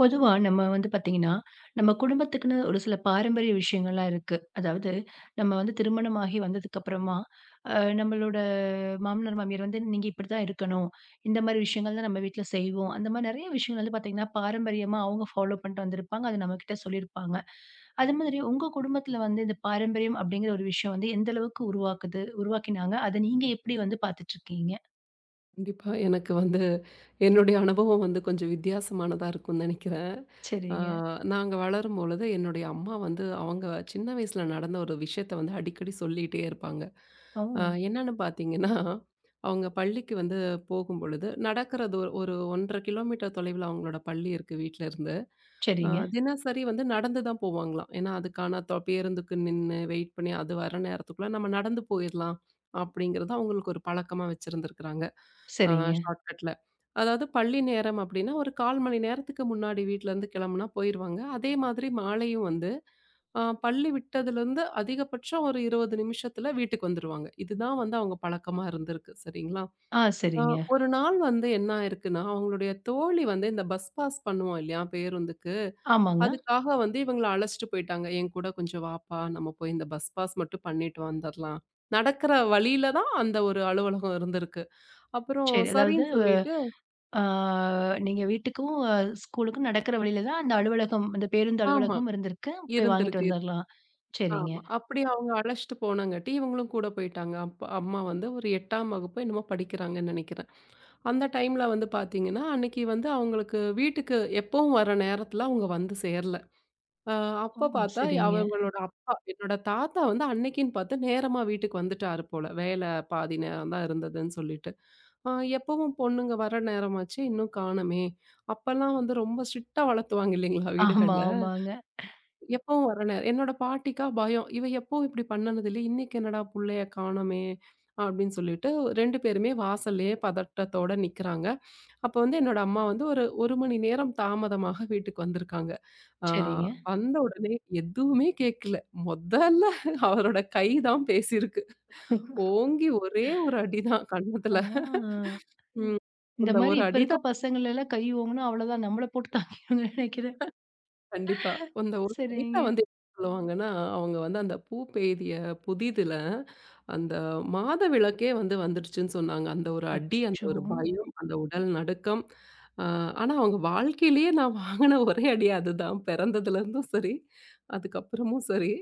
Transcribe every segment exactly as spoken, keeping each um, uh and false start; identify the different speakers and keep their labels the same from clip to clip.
Speaker 1: பொதுவா நம்ம வந்து பார்த்தீங்கன்னா, நம்ம குடும்பத்துக்குன்னு ஒரு சில பாரம்பரிய விஷயங்கள்லாம் இருக்கு. அதாவது நம்ம வந்து திருமணமாகி வந்ததுக்கப்புறமா, அ நம்மளோட மாமனார், மாமியார் வந்து "நீங்க இப்படித்தான் இருக்கணும். இந்த மாரி விஷயங்கள் தான் நம்ம வீட்ல செய்வோம்." அந்த மாரி நெறைய விஷயங்கள் வந்து பார்த்தீங்கன்னா, பாரம்பரியமா அவங்க ஃபாலோ பண்ணிட்டு வந்திருப்பாங்க. அது நம்மகிட்ட சொல்லியிருப்பாங்க. அது மாதிரி உங்க குடும்பத்துல வந்து இந்த பாரம்பரியம் அப்படிங்கிற ஒரு விஷயம் வந்து எந்த அளவுக்கு உருவாக்குது உருவாக்கினாங்க? அத நீங்க எப்படி வந்து பார்த்துட்டுருக்கீங்க?
Speaker 2: கண்டிப்பா. எனக்கு வந்து என்னுடைய அனுபவம் வந்து கொஞ்சம் வித்தியாசமானதா இருக்கும்னு நினைக்கிறேன். ஆ
Speaker 1: சரிங்க.
Speaker 2: நாங்க வளரும்பொழுது என்னுடைய அம்மா வந்து அவங்க சின்ன வயசுல நடந்த ஒரு விஷயத்த வந்து அடிக்கடி சொல்லிட்டே இருப்பாங்க.
Speaker 1: ஓ!
Speaker 2: ஆ என்னன்னு பார்த்தீங்கன்னா, அவங்க பள்ளிக்கு வந்து போகும்பொழுது நடக்கிறது ஒரு ஒன்று அரை கிலோமீட்டர் தொலைவுல அவங்களோட பள்ளி இருக்கு வீட்ல இருந்து. ஆ
Speaker 1: சரிங்க,
Speaker 2: தினசரி வந்து நடந்து தான் போவாங்களாம். ஏன்னா, அதுக்கான தொ பேருந்துக்கு நின்னு வெயிட் பண்ணி அது வர நேரத்துக்குள்ள நம்ம நடந்து போயிரலாம் அப்படிங்கிறது அவங்களுக்கு ஒரு பழக்கமா வச்சிருந்திருக்கிறாங்க. ஆ
Speaker 1: சரிங்க.
Speaker 2: ஷார்ட்கட்ல. அதாவது பள்ளி நேரம் அப்படின்னா, ஒரு கால் மணி நேரத்துக்கு முன்னாடி வீட்லருந்து கிளம்புனா போயிருவாங்க. அதே மாதிரி மாலையும் வந்து ஆ பள்ளி விட்டதுலருந்து அதிகபட்சம் ஒரு இருபது நிமிஷத்துல வீட்டுக்கு வந்துருவாங்க. இதுதான் வந்து அவங்க பழக்கமா இருந்திருக்கு. சரிங்களா?
Speaker 1: ஆ
Speaker 2: ஆ
Speaker 1: சரிங்க.
Speaker 2: ஒரு நாள் வந்து என்ன ஆயிருக்குன்னா, அவங்களுடைய தோழி வந்து இந்த பஸ் பாஸ் பண்ணுவோம் இல்லையா? பேருந்துக்கு.
Speaker 1: ஆமாங்க.
Speaker 2: அதுக்காக வந்து இவங்கள அழைச்சுட்டு போயிட்டாங்க. என் கூட கொஞ்சம் வாப்பா! நம்ம போய் இந்த பஸ் பாஸ் மட்டும் பண்ணிட்டு வந்துர்லாம். நடக்கிற வழியில தான் அந்த ஒரு அலுவலகம் இருந்திருக்கு. அப்புறம்
Speaker 1: சரி. அதாவது
Speaker 2: சரின்னு சொல்லிட்டு
Speaker 1: ஆ நீங்க வீட்டுக்கும், அ ஸ்கூலுக்கும் நடக்கிற வழியில தான் அந்த அலுவலகம், அந்த பேருந்து
Speaker 2: ஆமா.
Speaker 1: அலுவலகம் இருந்திருக்கு. போய் வாங்கிட்டு
Speaker 2: இருந்திருக்கு.
Speaker 1: வந்துரலாம். சரிங்க.
Speaker 2: ஆமா. அப்படி அவங்க அழைச்சுட்டு போனங்காட்டி, இவங்களும் கூட போயிட்டாங்க. அப்ப அம்மா வந்து ஒரு எட்டாம் வகுப்போ என்னமோ படிக்கிறாங்கன்னு நெனைக்கிறேன். அந்த டைம்ல வந்து பார்த்தீங்கன்னா, அன்னைக்கு வந்து அவங்களுக்கு வீட்டுக்கு எப்பவும் வர நேரத்தில அவங்க வந்து சேரல. அ
Speaker 1: ஓ!
Speaker 2: அப்ப பார்த்தா
Speaker 1: சரிங்க.
Speaker 2: அவங்களோட அப்பா, என்னோட தாத்தா வந்து அன்னைக்குன்னு பார்த்து நேரமா வீட்டுக்கு வந்துட்டாரு போல. வேலை பாதி நேரம் தான் இருந்ததுன்னு சொல்லிட்டு. அ எப்பவும் பொண்ணுங்க வர நேரமாச்சு, இன்னும் காணுமே! அப்பலாம் வந்து ரொம்ப ஸ்ட்ரிக்ட்டா வளர்த்துவாங்க இல்லைங்களா
Speaker 1: ஆமா,
Speaker 2: வீடுகள்ல.
Speaker 1: ஆமாங்க.
Speaker 2: எப்பவும் வர நேரம் என்னோட பாட்டிக்கா பயம். இவ எப்பவும் இப்படி பண்ணுனது இல்ல. இன்னைக்கு என்னடா புள்ளைய காணோமே! அப்படின்னு சொல்லிட்டு ரெண்டு பேருமே வாசல்லயே பதட்டத்தோட நிக்கிறாங்க. அப்ப வந்து என்னோட அம்மா வந்து ஒரு 1 மணி நேரம் தாமதமாக வீட்டுக்கு வந்திருக்காங்க. ஆ
Speaker 1: சரிங்க.
Speaker 2: வந்த உடனே எதுவுமே கேட்கல. மொதல்ல அவரோட கை தான் பேசியிருக்கு. ஓங்கி ஒரே ஒரு அடி தான்
Speaker 1: ஆ.
Speaker 2: கன்னத்துல. ம்.
Speaker 1: இந்த
Speaker 2: அந்த
Speaker 1: மாரி
Speaker 2: ஒரு
Speaker 1: இப்ப
Speaker 2: அடி
Speaker 1: இருக்க
Speaker 2: தான்
Speaker 1: பசங்கள எல்லாம் கை ஓங்குனா அவ்வளோதான். நம்மள போட்டு தாக்கிருவாங்கன்னு நெனைக்கிறேன்.
Speaker 2: கண்டிப்பா. அந்த ஒரு கவிதை
Speaker 1: சரிங்க.
Speaker 2: வந்து என்ன சொல்லுவாங்கன்னா, அவங்க வந்து அந்த பூ பெய்திய புதிதில, அந்த மாதவிளக்கே வந்து வந்துடுச்சுன்னு சொன்னாங்க. அந்த ஒரு அடி, அந்த
Speaker 1: அச்சச்சோ!
Speaker 2: ஒரு பயம், அந்த உடல் நடுக்கம். அ ஆனா அவங்க வாழ்க்கையிலேயே நான் வாங்கின ஒரே அடி அதுதான். பிறந்ததுலேருந்தும் சரி, அதுக்கப்புறமும் சரி.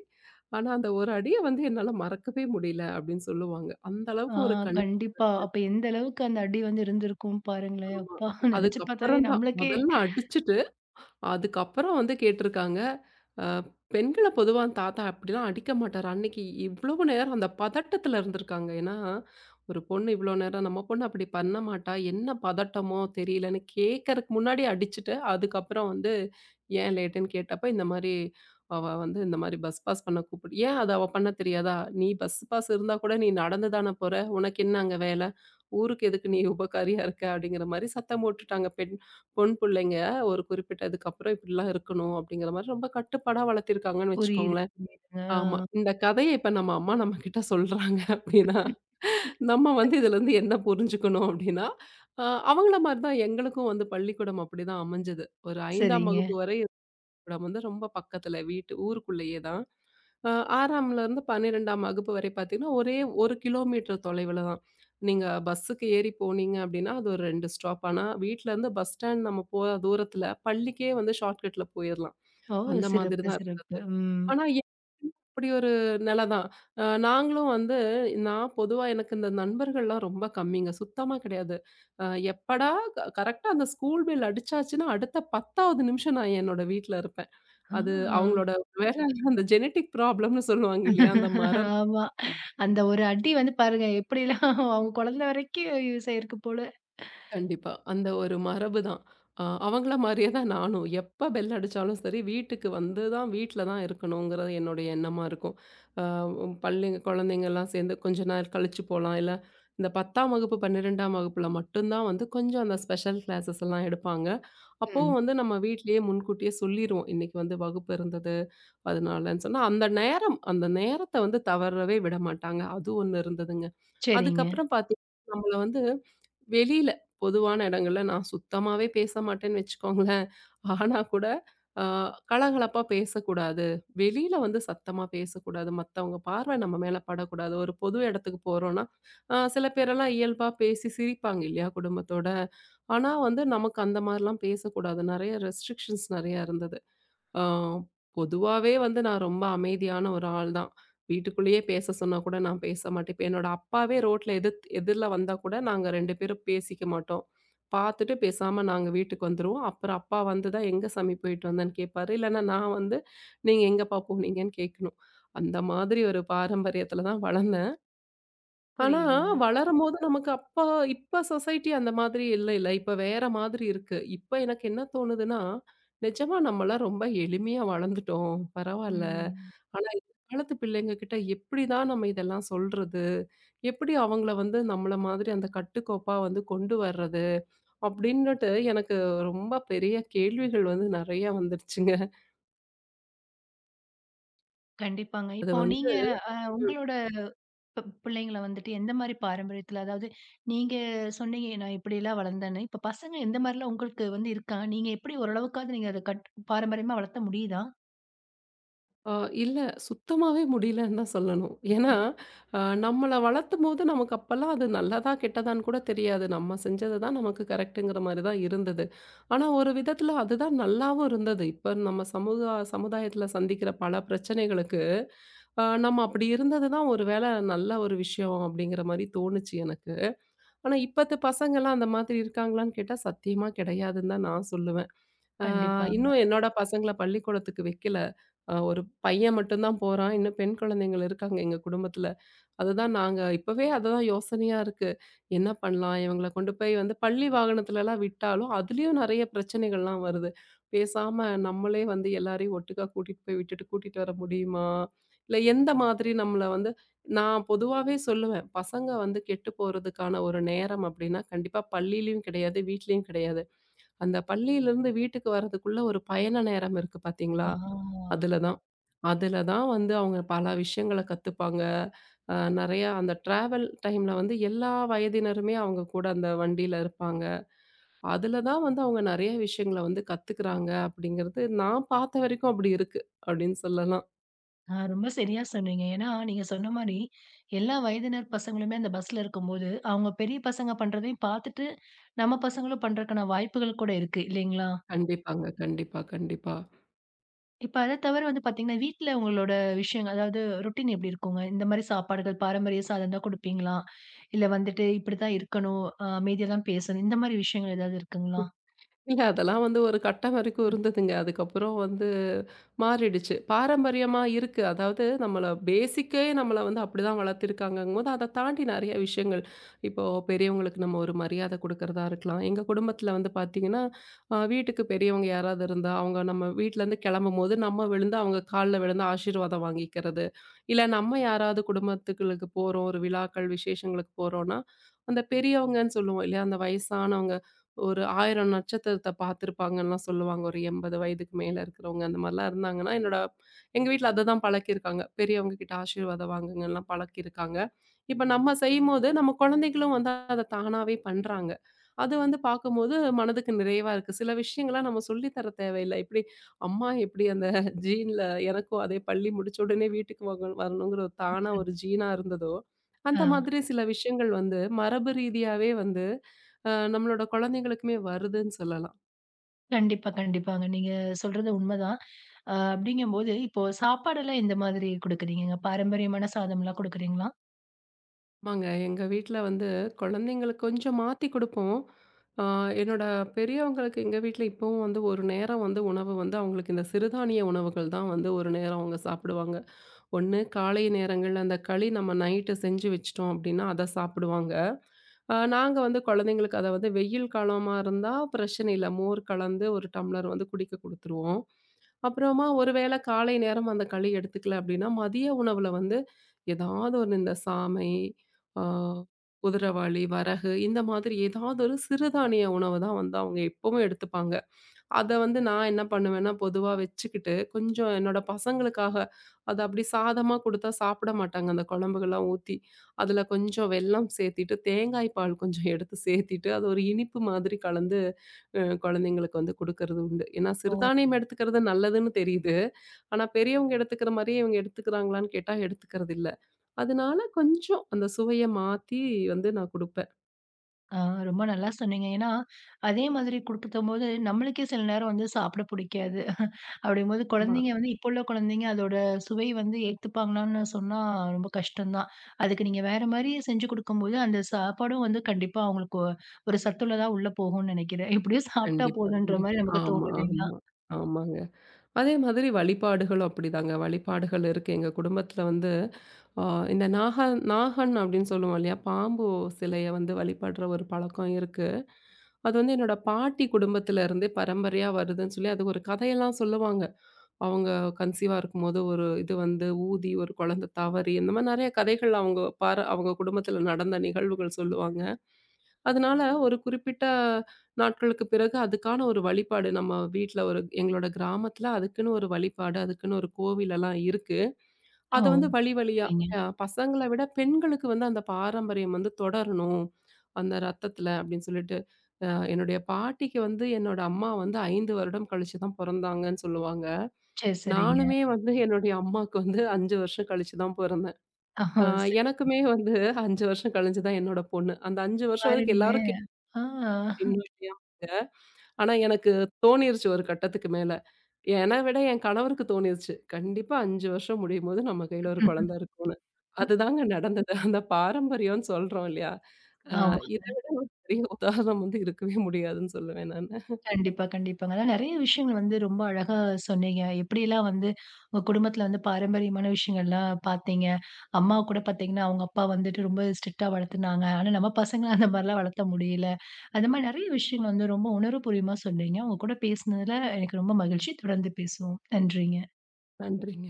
Speaker 2: ஆனா அந்த ஒரு அடிய வந்து என்னால மறக்கவே முடியல அப்படின்னு சொல்லுவாங்க. அந்த
Speaker 1: ஆ
Speaker 2: அளவுக்கு ஒரு கண்
Speaker 1: கண்டிப்பா. அப்ப எந்த அளவுக்கு அந்த அடி வந்து இருந்திருக்கும் பாருங்களேன்.
Speaker 2: ஆமா.
Speaker 1: அப்பா! நெனச்சு பார்த்தாவே
Speaker 2: அதுக்கப்புறம் தான்
Speaker 1: நம்மளுக்கே
Speaker 2: முதல்ல அடிச்சுட்டு அதுக்கப்புறம் வந்து கேட்டிருக்காங்க. அ பெண்கள பொதுவா தாத்தா அப்படிலாம் அடிக்க மாட்டாரு. அன்னைக்கு இவ்வளவு நேரம் அந்த பதட்டத்துல இருந்திருக்காங்க. ஏன்னா, ஒரு பொண்ணு இவ்வளோ நேரம் நம்ம பொண்ணு அப்படி பண்ண மாட்டா. என்ன பதட்டமோ தெரியலன்னு கேட்கறக்கு முன்னாடி அடிச்சுட்டு, அதுக்கப்புறம் வந்து ஏன் லேட்டுன்னு கேட்டப்ப, இந்த மாரி அவ வந்து இந்த மாரி பஸ் பாஸ் பண்ண கூப்பிடு "ஏன் அது அவ பண்ண தெரியாதா? நீ பஸ் பாஸ் இருந்தா கூட நீ நடந்து தான போற. உனக்கு என்ன அங்க வேல? ஊருக்கு எதுக்கு நீ உபகாரியா இருக்க?" அப்படிங்கிற மாரி சத்தம் போட்டுட்டாங்க. பெண் பொண் புள்ளைங்க ஒரு குறிப்பிட்டதுக்கு அப்புறம் இப்படிலாம் இருக்கணும் அப்படிங்கிற மாதிரி ரொம்ப கட்டுப்பாடா வளர்த்திருக்காங்கன்னு
Speaker 1: புரியுது.
Speaker 2: வச்சுக்கோங்களேன்.
Speaker 1: புரியுதுங்க.
Speaker 2: ஆமா.
Speaker 1: ஆ.
Speaker 2: இந்த கதைய இப்ப நம்ம அம்மா நம்மகிட்ட சொல்றாங்க அப்படின்னா, நம்ம வந்து இதுலருந்து என்ன புரிஞ்சுக்கணும் அப்படின்னா, அ அவங்கள மாரி தான் எங்களுக்கும் வந்து பள்ளிக்கூடம் அப்படிதான் அமைஞ்சது. ஒரு ஐந்தாம்
Speaker 1: சரிங்க.
Speaker 2: வகுப்பு வரை பள்ளிக்கூடம் வந்து ரொம்ப பக்கத்துல வீட்டு ஊருக்குள்ளேயே தான். அ ஆறாம்லருந்து பன்னிரண்டாம் வகுப்பு வரை பார்த்தீங்கன்னா, ஒரே ஒரு கிலோமீட்டர் தொலைவுல தான். நீங்க பஸ்ஸுக்கு ஏறி போனீங்க அப்டின்னா, அது ஒரு ரெண்டு ஸ்டாப். ஆனா, வீட்லருந்து பஸ் ஸ்டாண்ட் நம்ம போற தூரத்துல பள்ளிக்கே வந்து ஷார்ட்கட்ல போயிரலாம்.
Speaker 1: ஓ!
Speaker 2: அந்த மாதிரி
Speaker 1: சிறப்பு,
Speaker 2: தான்
Speaker 1: சிறப்பு.
Speaker 2: இருந்தது.
Speaker 1: ம்.
Speaker 2: ஆனா, அப்படி ஒரு நில தான். அ நாங்களும் வந்து நான் பொதுவா எனக்கு இந்த நண்பர்கள்லாம் ரொம்ப கம்மிங்க. சுத்தமா கிடையாது. அ எப்படா க கரெக்ட்டா அந்த ஸ்கூல் பெல் அடிச்சாச்சுன்னா, அடுத்த பத்தாவது நிமிஷம் நான் என்னோட வீட்ல இருப்பேன். அது
Speaker 1: ஆ.
Speaker 2: அவங்களோட வேற அந்த ஜெனெடிக் ப்ராப்ளம்னு சொல்லுவாங்க இல்லையா? அந்த மரபு.
Speaker 1: ஆமா. அந்த ஒரு அடி வந்து பாருங்க எப்படிலாம் அவங்க குழந்தை வரைக்கும் யூஸ் ஆயிருக்கு போல.
Speaker 2: கண்டிப்பா. அந்த ஒரு மரபு தான். அ அவங்கள மாரியே தான் நானும். எப்ப பெல் அடிச்சாலும் சரி, வீட்டுக்கு வந்து தான் வீட்ல தான் இருக்கணுங்கிறது என்னுடைய எண்ணமா இருக்கும். அ பள்ளி குழந்தைங்கலாம் சேர்ந்து கொஞ்ச நேரம் கழிச்சு போலாம். இல்ல இந்த பத்தாம் வகுப்பு, பன்னிரண்டாம் வகுப்புல மட்டும் தான் வந்து கொஞ்சம் அந்த ஸ்பெஷல் கிளாஸஸ் எல்லாம் எடுப்பாங்க.
Speaker 1: ம்.
Speaker 2: அப்பவும் வந்து நம்ம வீட்லயே முன்கூட்டியே சொல்லிருவோம். இன்னைக்கு வந்து வகுப்பு இருந்தது. அதனாலன்னு சொன்னா, அந்த நேரம் அந்த நேரத்த வந்து தவறவே விட மாட்டாங்க. அது ஒண்ணு இருந்ததுங்க.
Speaker 1: சரிங்க.
Speaker 2: அதுக்கப்புறம் பாத்தீங்கன்னா, நம்மள வந்து வெளியில பொதுவான இடங்கள்ல நான் சுத்தமாவே பேச மாட்டேன்னு வச்சுக்கோங்களேன். ஆனா கூட அ கலகலப்பா பேசக்கூடாது. வெளியில வந்து சத்தமா பேசக்கூடாது. மத்தவங்க பார்வை நம்ம மேல படக்கூடாது. ஒரு பொது இடத்துக்கு போறோம்னா, அ சில பேரெல்லாம் இயல்பா பேசி சிரிப்பாங்க இல்லையா குடும்பத்தோட. ஆனா வந்து நமக்கு அந்த மாரிலாம் பேசக்கூடாது. நெறைய ரெஸ்ட்ரிக்ஷன்ஸ் நெறையா இருந்தது. ஆ, பொதுவாவே வந்து நான் ரொம்ப அமைதியான ஒரு ஆள் தான். வீட்டுக்குள்ளேயே பேச சொன்னா கூட நான் பேச மாட்டேன். இப்ப என்னோட அப்பாவே ரோட்ல எதிர்த் எதிர்ல வந்தா கூட நாங்க ரெண்டு பேரும் பேசிக்க மாட்டோம். பார்த்துட்டு பேசாம நாங்க வீட்டுக்கு வந்துருவோம். அப்புறம் அப்பா வந்து தான் எங்க சாமி போயிட்டு வந்தேன்னு கேட்பாரு. இல்லன்னா நான் வந்து நீங்க எங்கப்பா போனீங்கன்னு கேட்கணும். அந்த மாதிரி ஒரு பாரம்பரியத்துல தான் வளர்ந்தேன். ஆனா,
Speaker 1: புரியுதுங்க.
Speaker 2: வளரும்போது நமக்கு அப்ப இப்ப சொசைட்டி அந்த மாதிரி இல்லைல்ல. இப்ப வேற மாதிரி இருக்கு. இப்ப எனக்கு என்ன தோணுதுன்னா, நிஜமா நம்மலாம் ரொம்ப எளிமையா வளர்ந்துட்டோம். பரவால்ல.
Speaker 1: ம்.
Speaker 2: ஆனா எதிர்காலத்து பிள்ளைங்க கிட்ட எப்படிதான் நம்ம இதெல்லாம் சொல்றது? எப்படி அவங்கள வந்து நம்மள மாதிரி அந்த கட்டுக்கோப்பா வந்து கொண்டு வர்றது? அப்படின்னுட்டு எனக்கு ரொம்ப பெரிய கேள்விகள் வந்து நெறைய வந்துருச்சுங்க.
Speaker 1: கண்டிப்பாங்க.
Speaker 2: அது
Speaker 1: இப்போ
Speaker 2: வந்து
Speaker 1: நீங்க அ உங்களோட பி பிள்ளைங்கள வந்துட்டு எந்த மாரி பாரம்பரியத்துல அதாவது நீங்க சொன்னீங்க நான் இப்படிலாம் வளர்ந்தேன்னு. இப்ப பசங்க எந்த மாரிலாம் உங்களுக்கு வந்து இருக்கா? நீங்க எப்படி ஓரளவுக்காவது நீங்க அத கட் பாரம்பரியமா வளர்த்த முடியுதா?
Speaker 2: ஆ இல்ல. சுத்தமாவே முடியலன்னு தான் சொல்லணும். ஏன்னா,
Speaker 1: ம்.
Speaker 2: அ நம்மள வளர்த்தும்போது நமக்கு அப்பலாம் அது நல்லதா, கெட்டதான்னு கூட தெரியாது. நம்ம செஞ்சது தான் நமக்கு கரெக்ட்டுங்கிற மாரி தான் இருந்தது. ஆனா, ஒரு விதத்துல அதுதான் நல்லாவும் இருந்தது. இப்ப நம்ம சமூக சமுதாயத்துல சந்திக்கிற பல பிரச்சனைகளுக்கு, அ நம்ம அப்படி இருந்தது தான் ஒரு வேள நல்ல ஒரு விஷயம் அப்படிங்கிற மாரி தோணுச்சு எனக்கு. ஆனா, இப்பத்த பசங்கலாம் அந்த மாதிரி இருக்காங்களான்னு கேட்டா, சத்தியமா கிடையாதுன்னு தான் நான் சொல்லுவேன். ஆ
Speaker 1: கண்டிப்பாங்க.
Speaker 2: இன்னும் என்னோட பசங்கள பள்ளிக்கூடத்துக்கு வைக்கல. அ ஒரு பையன் மட்டும் தான் போறான். இன்னும் பெண் குழந்தைங்கள் இருக்காங்க எங்க குடும்பத்துல. அதுதான் நாங்க இப்பவே அதுதான் யோசனையா இருக்கு. என்ன பண்ணலாம்? இவங்கள கொண்டு போய் வந்து பள்ளி வாகனத்துலலாம் விட்டாலும், அதுலயும் நெறைய பிரச்சனைகள்லாம் வருது. பேசாம நம்மளே வந்து எல்லாரையும் ஒட்டுக்கா கூட்டிட்டு போய் விட்டுட்டு கூட்டிட்டு வர முடியுமா? இல்ல எந்த மாதிரி நம்மள வந்து நான் பொதுவாவே சொல்லுவேன். பசங்க வந்து கெட்டு போறதுக்கான ஒரு நேரம் அப்டின்னா, கண்டிப்பா பள்ளியிலயும் கிடையாது, வீட்லயும் கிடையாது. அந்த பள்ளியிலருந்து வீட்டுக்கு வரதுக்குள்ள ஒரு பயண நேரம் இருக்கு
Speaker 1: ஆ.
Speaker 2: பார்த்தீங்களா? அதுல தான். அதுல தான் வந்து அவங்க பல விஷயங்கள கத்துப்பாங்க. அ நெறையா அந்த ட்ராவல் டைம்ல வந்து எல்லா வயதினருமே அவங்க கூட அந்த வண்டியில இருப்பாங்க. அதுல தான் வந்து அவங்க நெறைய விஷயங்கள வந்து கத்துக்குறாங்க அப்படிங்கிறது நான் பார்த்த வரைக்கும் அப்படி இருக்கு அப்படின்னு சொல்லலாம்.
Speaker 1: ஆ ரொம்ப சரியா சொன்னீங்க. ஏன்னா, நீங்க சொன்ன மாரி எல்லா வயதினர் பசங்களுமே அந்த பஸ்ல இருக்கும்போது, அவங்க பெரிய பசங்க பண்றதையும் பார்த்துட்டு, நம்ம பசங்களும் பண்றதுக்கான வாய்ப்புகள் கூட இருக்கு இல்லைங்களா?
Speaker 2: கண்டிப்பாங்க. கண்டிப்பா, கண்டிப்பா.
Speaker 1: இப்ப அத தவிர வந்து பார்த்தீங்கன்னா, வீட்ல உங்களோட விஷயங்கள் அதாவது ரொட்டீன் எப்படி இருக்குங்க? இந்த மாரி சாப்பாடுகள் பாரம்பரிய சாதம் தான் குடுப்பீங்களா? இல்ல வந்துட்டு இப்படி தான் இருக்கணும், அ அமைதியா தான் பேசணும் இந்த மாரி விஷயங்கள் ஏதாவது இருக்குங்களா?
Speaker 2: இல்ல அதெல்லாம் வந்து ஒரு கட்டம் வரைக்கும் இருந்ததுங்க. அதுக்கப்புறம் வந்து மாறிடுச்சு. பாரம்பரியமா இருக்கு. அதாவது நம்மள பேசிக்கே நம்மள வந்து அப்படிதான் வளர்த்திருக்காங்கங்கும்போது, அத தாண்டி நெறைய விஷயங்கள். இப்போ பெரியவங்களுக்கு நம்ம ஒரு மரியாத குடுக்கறதா இருக்கலாம். எங்க குடும்பத்துல வந்து பார்த்தீங்கன்னா, அ வீட்டுக்கு பெரியவங்க யாராவது இருந்தா, அவங்க நம்ம வீட்லருந்து கெளம்பும்போது நம்ம விழுந்து அவங்க கால்ல விழுந்து ஆசீர்வாதம் வாங்கிக்கிறது. இல்ல நம்ம யாராவது குடும்பத்துக்களுக்கு போறோம், ஒரு விழாக்கள், விசேஷங்களுக்கு போறோம்னா, அந்த பெரியவங்கன்னு சொல்லுவோம் இல்லையா? அந்த வயசானவங்க ஒரு ஆயிரம் நட்சத்திரத்த பார்த்துருப்பாங்கன்லாம் சொல்லுவாங்க. ஒரு எண்பது வயதுக்கு மேல இருக்கிறவங்க, அந்த மாரிலாம் இருந்தாங்கன்னா, என்னோட எங்க வீட்ல அததான் பழக்கியிருக்காங்க. பெரியவங்க கிட்ட ஆசீர்வாதம் வாங்குங்கன்லாம் பழக்கியிருக்காங்க. இப்ப நம்ம செய்யும்போது, நம்ம குழந்தைகளும் வந்து அத தானாவே பண்றாங்க. அது வந்து பார்க்கும்போது மனதுக்கு நிறைவா இருக்கு. சில விஷயங்கள்லாம் நம்ம சொல்லி தர தேவையில்ல. இப்படி அம்மா எப்படி அந்த ஜீன்ல எனக்கும் அதே பள்ளி முடிச்ச உடனே வீட்டுக்கு வக வரணுங்கிற தானா ஒரு ஜீனா இருந்ததோ,
Speaker 1: ஆ.
Speaker 2: அந்த மாதிரி சில விஷயங்கள் வந்து மரபு ரீதியாவே வந்து அ நம்மளோட குழந்தைங்களுக்குமே வருதுன்னு சொல்லலாம்.
Speaker 1: கண்டிப்பா, கண்டிப்பாங்க. நீங்க சொல்றது உண்மதான். அ அப்படிங்கும்போது இப்போ சாப்பாடெல்லாம் எந்த மாதிரி குடுக்குறீங்கங்க? பாரம்பரியமான சாதம்லாம் குடுக்குறீங்களா?
Speaker 2: ஆமாங்க எங்க வீட்ல வந்து குழந்தைங்களுக்கு கொஞ்சம் மாத்தி குடுப்போம். அ என்னோட பெரியவங்களுக்கு எங்க வீட்ல இப்பவும் வந்து ஒரு நேரம் வந்து உணவு வந்து அவங்களுக்கு இந்த சிறுதானிய உணவுகள் தான் வந்து ஒரு நேரம் அவங்க சாப்பிடுவாங்க. ஒண்ணு காலை நேரங்கள்ல அந்த களி நம்ம நைட்டு செஞ்சு வச்சுட்டோம் அப்படின்னா, அத சாப்பிடுவாங்க. அ நாங்க வந்து குழந்தைங்களுக்கு அத வந்து வெயில் காலமா இருந்தா பிரச்சனை இல்ல. மோர் கலந்து ஒரு டம்ளர் வந்து குடிக்க குடுத்துருவோம். அப்புறமா ஒருவேளை காலை நேரம் அந்த களி எடுத்துக்கல அப்படின்னா, மதிய உணவுல வந்து ஏதாவது ஒண்ணு இந்த சாமை, ஆ குதிரவாளி, வரகு இந்த மாதிரி ஏதாவது ஒரு சிறுதானிய உணவு தான் வந்து அவங்க எப்பவும் எடுத்துப்பாங்க. அத வந்து நான் என்ன பண்ணுவேன்னா, பொதுவா வச்சுக்கிட்டு, கொஞ்சம் என்னோட பசங்களுக்காக, அத அப்படி சாதமா குடுத்தா சாப்பிட மாட்டாங்க. அந்த குழம்புகள்லாம் ஊத்தி, அதுல கொஞ்சம் வெல்லம் சேர்த்திட்டு, தேங்காய் பால் கொஞ்சம் எடுத்து சேர்த்திட்டு, அது ஒரு இனிப்பு மாதிரி கலந்து அ குழந்தைங்களுக்கு வந்து குடுக்கறது உண்டு. ஏன்னா
Speaker 1: ஓ!
Speaker 2: சிறுதானியம் எடுத்துக்கிறது நல்லதுன்னு தெரியுது. ஆனா பெரியவங்க எடுத்துக்கிற மாரியே இவங்க எடுத்துக்கிறாங்களான்னு கேட்டா, எடுத்துக்கிறது இல்ல. அதனால கொஞ்சம் அந்த சுவைய மாத்தி வந்து நான் குடுப்பேன்.
Speaker 1: ஆ, ரொம்ப நல்லா சொன்னீங்க. ஏன்னா, அதே மாதிரி குடுக்கும்போது நம்மளுக்கே சில நேரம் வந்து சாப்பிட புடிக்காது. அப்படிங்கும்போது
Speaker 2: ஆமா.
Speaker 1: குழந்தைங்க வந்து இப்போ உள்ள குழந்தைங்க அதோட சுவை வந்து ஏத்துப்பாங்களான்னு சொன்னா ரொம்ப கஷ்டம் தான். அதுக்கு நீங்க வேற மாரி செஞ்சு குடுக்கும்போது, அந்த சாப்பாடும் வந்து கண்டிப்பா அவங்களுக்கு ஒ- ஒரு சத்துள்ளதா உள்ள போகும்னு நெனைக்கிறேன். எப்படியோ சாப்பிட்டா
Speaker 2: கண்டிப்பா,
Speaker 1: போதுன்ற மாரி
Speaker 2: கண்டிப்பா.
Speaker 1: நமக்கு தோணும்
Speaker 2: ஆமா,
Speaker 1: இல்லைங்களா?
Speaker 2: ஆமா. ஆமாங்க. அதே மாதிரி வழிபாடுகளும் அப்படிதாங்க. வழிபாடுகள் இருக்கு. எங்க குடும்பத்தில வந்து அ இந்த நாகன் நாகன் அப்படின்னு சொல்லுவோம் இல்லையா? பாம்பு சிலைய வந்து வழிபடுற ஒரு பழக்கம் இருக்கு. அது வந்து என்னோட பாட்டி குடும்பத்தில இருந்தே பரம்பரையா வருதுன்னு சொல்லி அது ஒரு கதையெல்லாம் சொல்லுவாங்க. அவங்க கன்சீவா இருக்கும்போது ஒரு இது வந்து ஊதி ஒரு குழந்தை தவறி இந்த மாதிரி நெறைய கதைகள் அவங்க பார அவங்க குடும்பத்தில நடந்த நிகழ்வுகள் சொல்லுவாங்க. அதனால ஒரு குறிப்பிட்ட நாட்களுக்கு பிறகு அதுக்கான ஒரு வழிபாடு நம்ம வீட்ல ஒரு எங்களோட கிராமத்துல அதுக்குன்னு ஒரு வழிபாடு, அதுக்குன்னு ஒரு கோவில் எல்லாம் இருக்கு.
Speaker 1: ஓ!
Speaker 2: அத வந்து வழி வழியா
Speaker 1: சரிங்க.
Speaker 2: அ பசங்கள விட பெண்களுக்கு வந்து அந்த பாரம்பரியம் வந்து தொடரணும். அந்த ரத்தத்துல அப்படின்னு சொல்லிட்டு, அ என்னுடைய பாட்டிக்கு வந்து என்னோட அம்மா வந்து ஐந்து வருடம் கழிச்சு தான் பொறந்தாங்கன்னு சொல்லுவாங்க.
Speaker 1: சரி, சரிங்க.
Speaker 2: நானுமே வந்து என்னுடைய அம்மாவுக்கு வந்து ஐந்து வருஷம் கழிச்சு தான் பொறந்தேன்.
Speaker 1: ஓ!
Speaker 2: அ எனக்குமே வந்து ஐந்து வருஷம் கழிஞ்சு தான் என்னோட பொண்ணு. அந்த ஐந்து வருஷம் வரைக்கும்
Speaker 1: சிறப்பாருங்களே!
Speaker 2: எல்லாரும்
Speaker 1: ஆ.
Speaker 2: கேட்டுட்டு இருந்தோம் இல்லையா? ஆனா எனக்கு தோணிருச்சு ஒரு கட்டத்துக்கு மேல. என்ன விட என் கணவருக்கு தோணிருச்சு. கண்டிப்பா ஐந்து வருஷம் முடியும்போது நம்ம கையில ஒரு குழந்தை இருக்கும்னு. அதுதாங்க நடந்தது. அந்த பாரம்பரியம்னு சொல்றோம் இல்லையா? அ
Speaker 1: ஆமா.
Speaker 2: இத விட ஒரு பெரிய உதாரணம் வந்து இருக்கவே முடியாதுன்னு சொல்லுவேன் நானு.
Speaker 1: கண்டிப்பா, கண்டிப்பாங்க. அதான் நெறைய விஷயங்கள் வந்து ரொம்ப அழகா சொன்னீங்க. எப்படிலாம் வந்து உங்க குடும்பத்துல வந்து பாரம்பரியமான விஷயங்கள்லாம் பார்த்தீங்க. அம்மா கூட பார்த்தீங்கன்னா, அவங்க அப்பா வந்துட்டு ரொம்ப ஸ்ட்ரிக்ட்டா வளர்த்துனாங்க. ஆனா நம்ம பசங்க அந்த மாரிலாம் வளர்த்த முடியல. அந்த மாரி நெறைய விஷயங்கள் வந்து ரொம்ப உணர்வுபூர்வமா சொன்னீங்க. உங்க கூட பேசினதுல எனக்கு ரொம்ப மகிழ்ச்சி. தொடர்ந்து பேசுவோம். நன்றிங்க.
Speaker 2: நன்றிங்க.